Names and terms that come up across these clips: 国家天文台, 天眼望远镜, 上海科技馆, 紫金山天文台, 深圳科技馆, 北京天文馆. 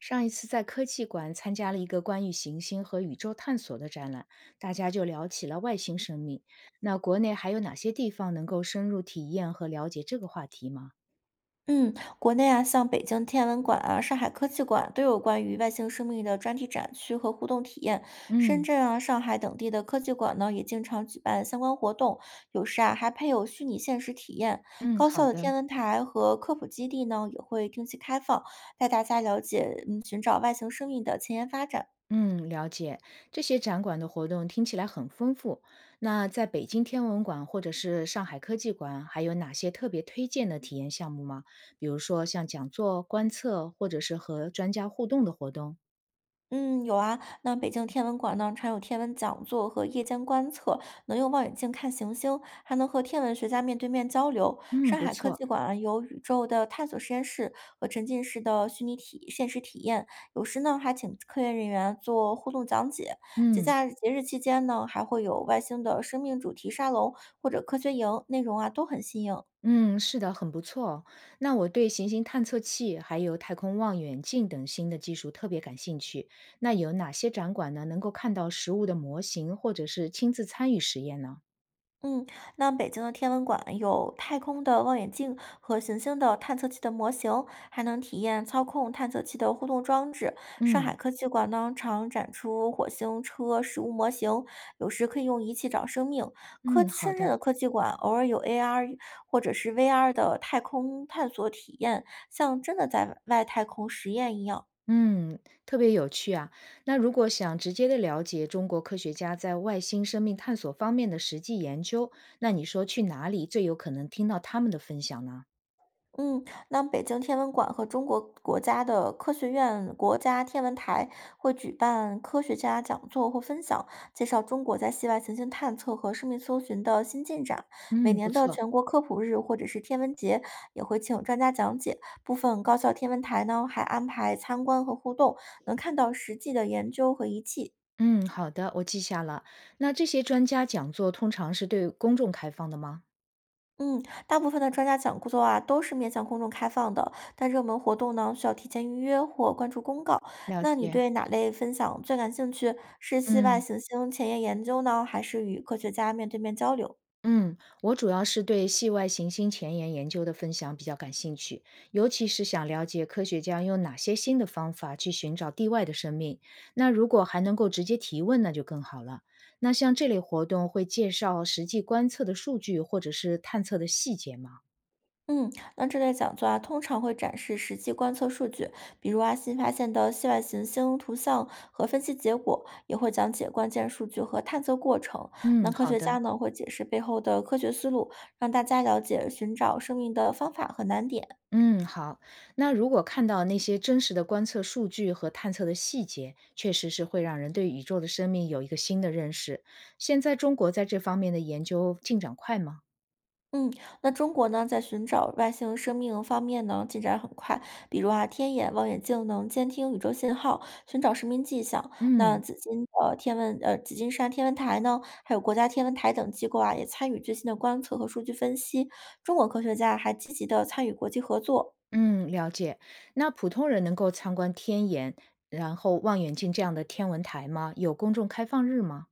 上一次在科技馆参加了一个关于行星和宇宙探索的展览，大家就聊起了外星生命。那国内还有哪些地方能够深入体验和了解这个话题吗？嗯，国内啊，像北京天文馆啊、上海科技馆都有关于外星生命的专题展区和互动体验。深嗯圳啊、上海等地的科技馆呢，也经常举办相关活动，有时啊还配有虚拟现实体验。嗯，高好校的的，天文台和科普基地呢，也会定期开放，带大家了解寻找外星生命的前沿发展。嗯，了解。这些展馆的活动听起来很丰富。那在北京天文馆或者是上海科技馆，还有哪些特别推荐的体验项目吗？比如说像讲座、观测，或者是和专家互动的活动？嗯，有啊。那北京天文馆呢，常有天文讲座和夜间观测，能用望远镜看行星，还能和天文学家面对面交流。嗯，上不海科错。技馆啊有宇宙的探索实验室和沉浸式的虚拟体现实体验，有时呢还请科研人员做互动讲解。节嗯。假节日期间呢，还会有外星的生命主题沙龙或者科学营，内容啊都很新颖。嗯，是的，很不错哦。那我对行星探测器还有太空望远镜等新的技术特别感兴趣。那有哪些展馆呢，能够看到实物的模型，或者是亲自参与实验呢？嗯，那北京的天文馆有太空的望远镜和行星的探测器的模型，还能体验操控探测器的互动装置。上海嗯科技馆呢，常展出火星车实物模型，有时可以用仪器找生命。嗯，科好深圳的，的科技馆偶尔有 AR 或者是 VR 的太空探索体验，像真的在外太空实验一样。嗯，特别有趣啊。那如果想直接的了解中国科学家在外星生命探索方面的实际研究，那你说去哪里最有可能听到他们的分享呢？嗯，那北京天文馆和中国国家的科学院、国家天文台会举办科学家讲座或分享，介绍中国在系外行星探测和生命搜寻的新进展。每嗯，不年的错。全国科普日或者是天文节也会请专家讲解。部分高校天文台呢还安排参观和互动，能看到实际的研究和仪器。嗯，好的，我记下了。那这些专家讲座通常是对公众开放的吗？嗯，大部分的专家讲座啊都是面向公众开放的，但热门活动呢需要提前预约或关注公告。了那你解，对哪类分享最感兴趣？是系外嗯行星前沿研究呢，还是与科学家面对面交流？嗯，我主要是对系外行星前沿研究的分享比较感兴趣，尤其是想了解科学家用哪些新的方法去寻找地外的生命。那如果还能够直接提问，那就更好了。那像这类活动会介绍实际观测的数据或者是探测的细节吗？嗯，那这类讲座啊，通常会展示实际观测数据，比如啊新发现的系外行星图像和分析结果，也会讲解关键数据和探测过程。嗯，那科好学家的。呢会解释背后的科学思路，让大家了解寻找生命的方法和难点。嗯，好。那如果看到那些真实的观测数据和探测的细节，确实是会让人对宇宙的生命有一个新的认识。现在中国在这方面的研究进展快吗？嗯，那中国呢，在寻找外星生命方面呢，进展很快。比如啊，天眼望远镜能监听宇宙信号，寻找生命迹象。那嗯紫金山天文台呢，还有国家天文台等机构啊，也参与最新的观测和数据分析。中国科学家还积极的参与国际合作。嗯，了解。那普通人能够参观天眼，然后望远镜这样的天文台吗？有公众开放日吗？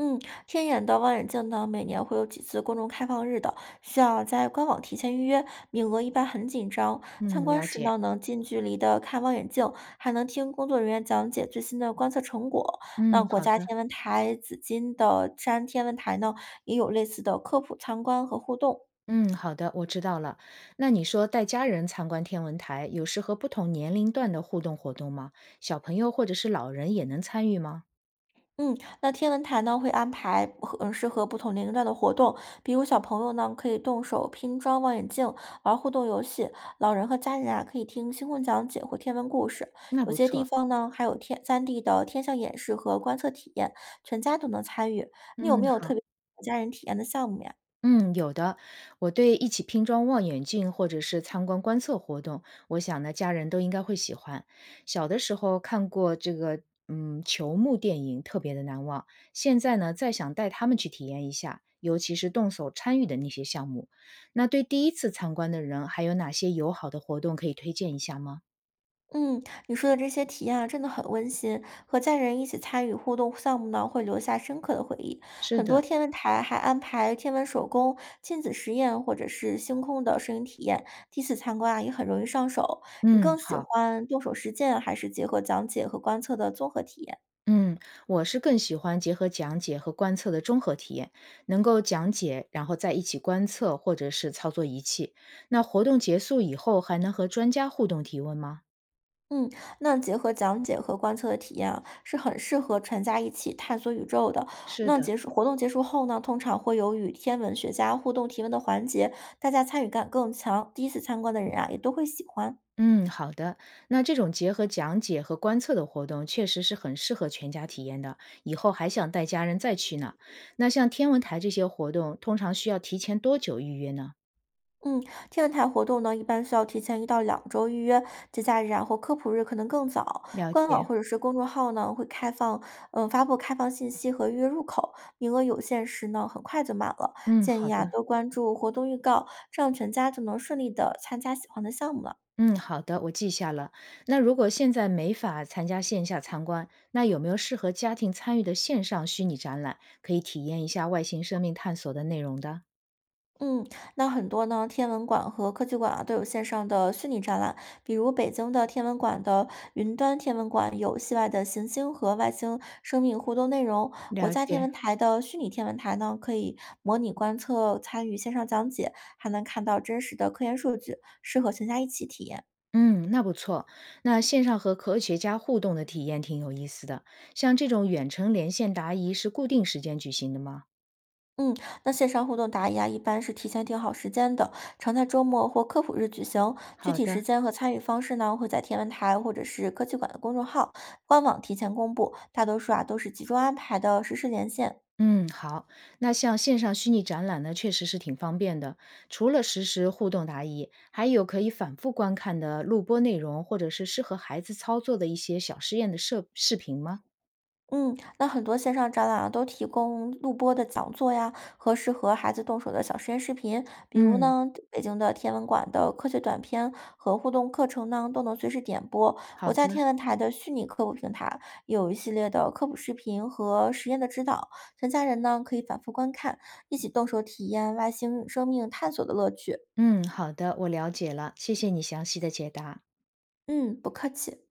嗯，天眼的望远镜呢，每年会有几次公众开放日的，需要在官网提前预约，名额一般很紧张。参嗯，观了时解。呢，能近距离的看望远镜，还能听工作人员讲解最新的观测成果。那嗯，国好家的。天文台紫金的山天文台呢，也有类似的科普参观和互动。嗯，好的，我知道了。那你说带家人参观天文台，有适合不同年龄段的互动活动吗？小朋友或者是老人也能参与吗？嗯，那天文台呢会安排适合不同年龄段的活动，比如小朋友呢可以动手拼装望远镜，玩互动游戏；老人和家人啊可以听星空讲解或天文故事。那有不些地错，方呢还有天 3D 的天象演示和观测体验，全家都能参与。你有嗯，没有特好。别想家人体验的项目呀？嗯，有的。我对一起拼装望远镜或者是参观观测活动，我想呢，家人都应该会喜欢。小的时候看过这个，嗯，球幕电影，特别的难忘。现在呢，再想带他们去体验一下，尤其是动手参与的那些项目。那对第一次参观的人，还有哪些友好的活动可以推荐一下吗？嗯，你说的这些体验啊，真的很温馨。和家人一起参与互动项目呢，会留下深刻的回忆。是很多的，天文台还安排天文手工、亲子实验或者是星空的摄影体验。第一次参观啊，也很容易上手。你嗯，更喜好。欢动手实践，还是结合讲解和观测的综合体验？嗯，我是更喜欢结合讲解和观测的综合体验，能够讲解，然后在一起观测或者是操作仪器。那活动结束以后，还能和专家互动提问吗？嗯，那结合讲解和观测的体验啊，是很适合全家一起探索宇宙的。是那的，结束活动结束后呢，通常会有与天文学家互动提问的环节，大家参与感更强。第一次参观的人啊，也都会喜欢。嗯，好的。那这种结合讲解和观测的活动，确实是很适合全家体验的。以后还想带家人再去呢。那像天文台这些活动，通常需要提前多久预约呢？嗯，天文台活动呢，一般需要提前一到两周预约，节假日啊或科普日可能更早。了官解。网或者是公众号呢会开放，发布开放信息和预约入口，名额有限时呢很快就满了。嗯，建好议啊的。多关注活动预告，这样全家就能顺利的参加喜欢的项目了。嗯，好的，我记下了。那如果现在没法参加线下参观，那有没有适合家庭参与的线上虚拟展览，可以体验一下外星生命探索的内容的？嗯，那很多呢，天文馆和科技馆啊都有线上的虚拟展览，比如北京的天文馆的云端天文馆有系外的行星和外星生命互动内容，国了家天解，文台的虚拟天文台呢可以模拟观测，参与线上讲解，还能看到真实的科研数据，适合全家一起体验。嗯，那不错。那线上和科学家互动的体验挺有意思的。像这种远程连线答疑是固定时间举行的吗？嗯，那线上互动答疑啊，一般是提前定好时间的，常在周末或科普日举行。具好体的。时间和参与方式呢，会在天文台或者是科技馆的公众号、官网提前公布。大多数啊都是集中安排的实时连线。嗯，好。那像线上虚拟展览呢，确实是挺方便的。除了实时互动答疑，还有可以反复观看的录播内容，或者是适合孩子操作的一些小实验的设视频吗？嗯，那很多线上展览啊，都提供录播的讲座呀，和适合孩子动手的小实验视频。比如嗯，呢，北京的天文馆的科学短片和互动课程呢，都能随时点播。我好在的。天文台的虚拟科普平台有一系列的科普视频和实验的指导，全家人呢可以反复观看，一起动手体验外星生命探索的乐趣。嗯，好的，我了解了，谢谢你详细的解答。嗯，不客气。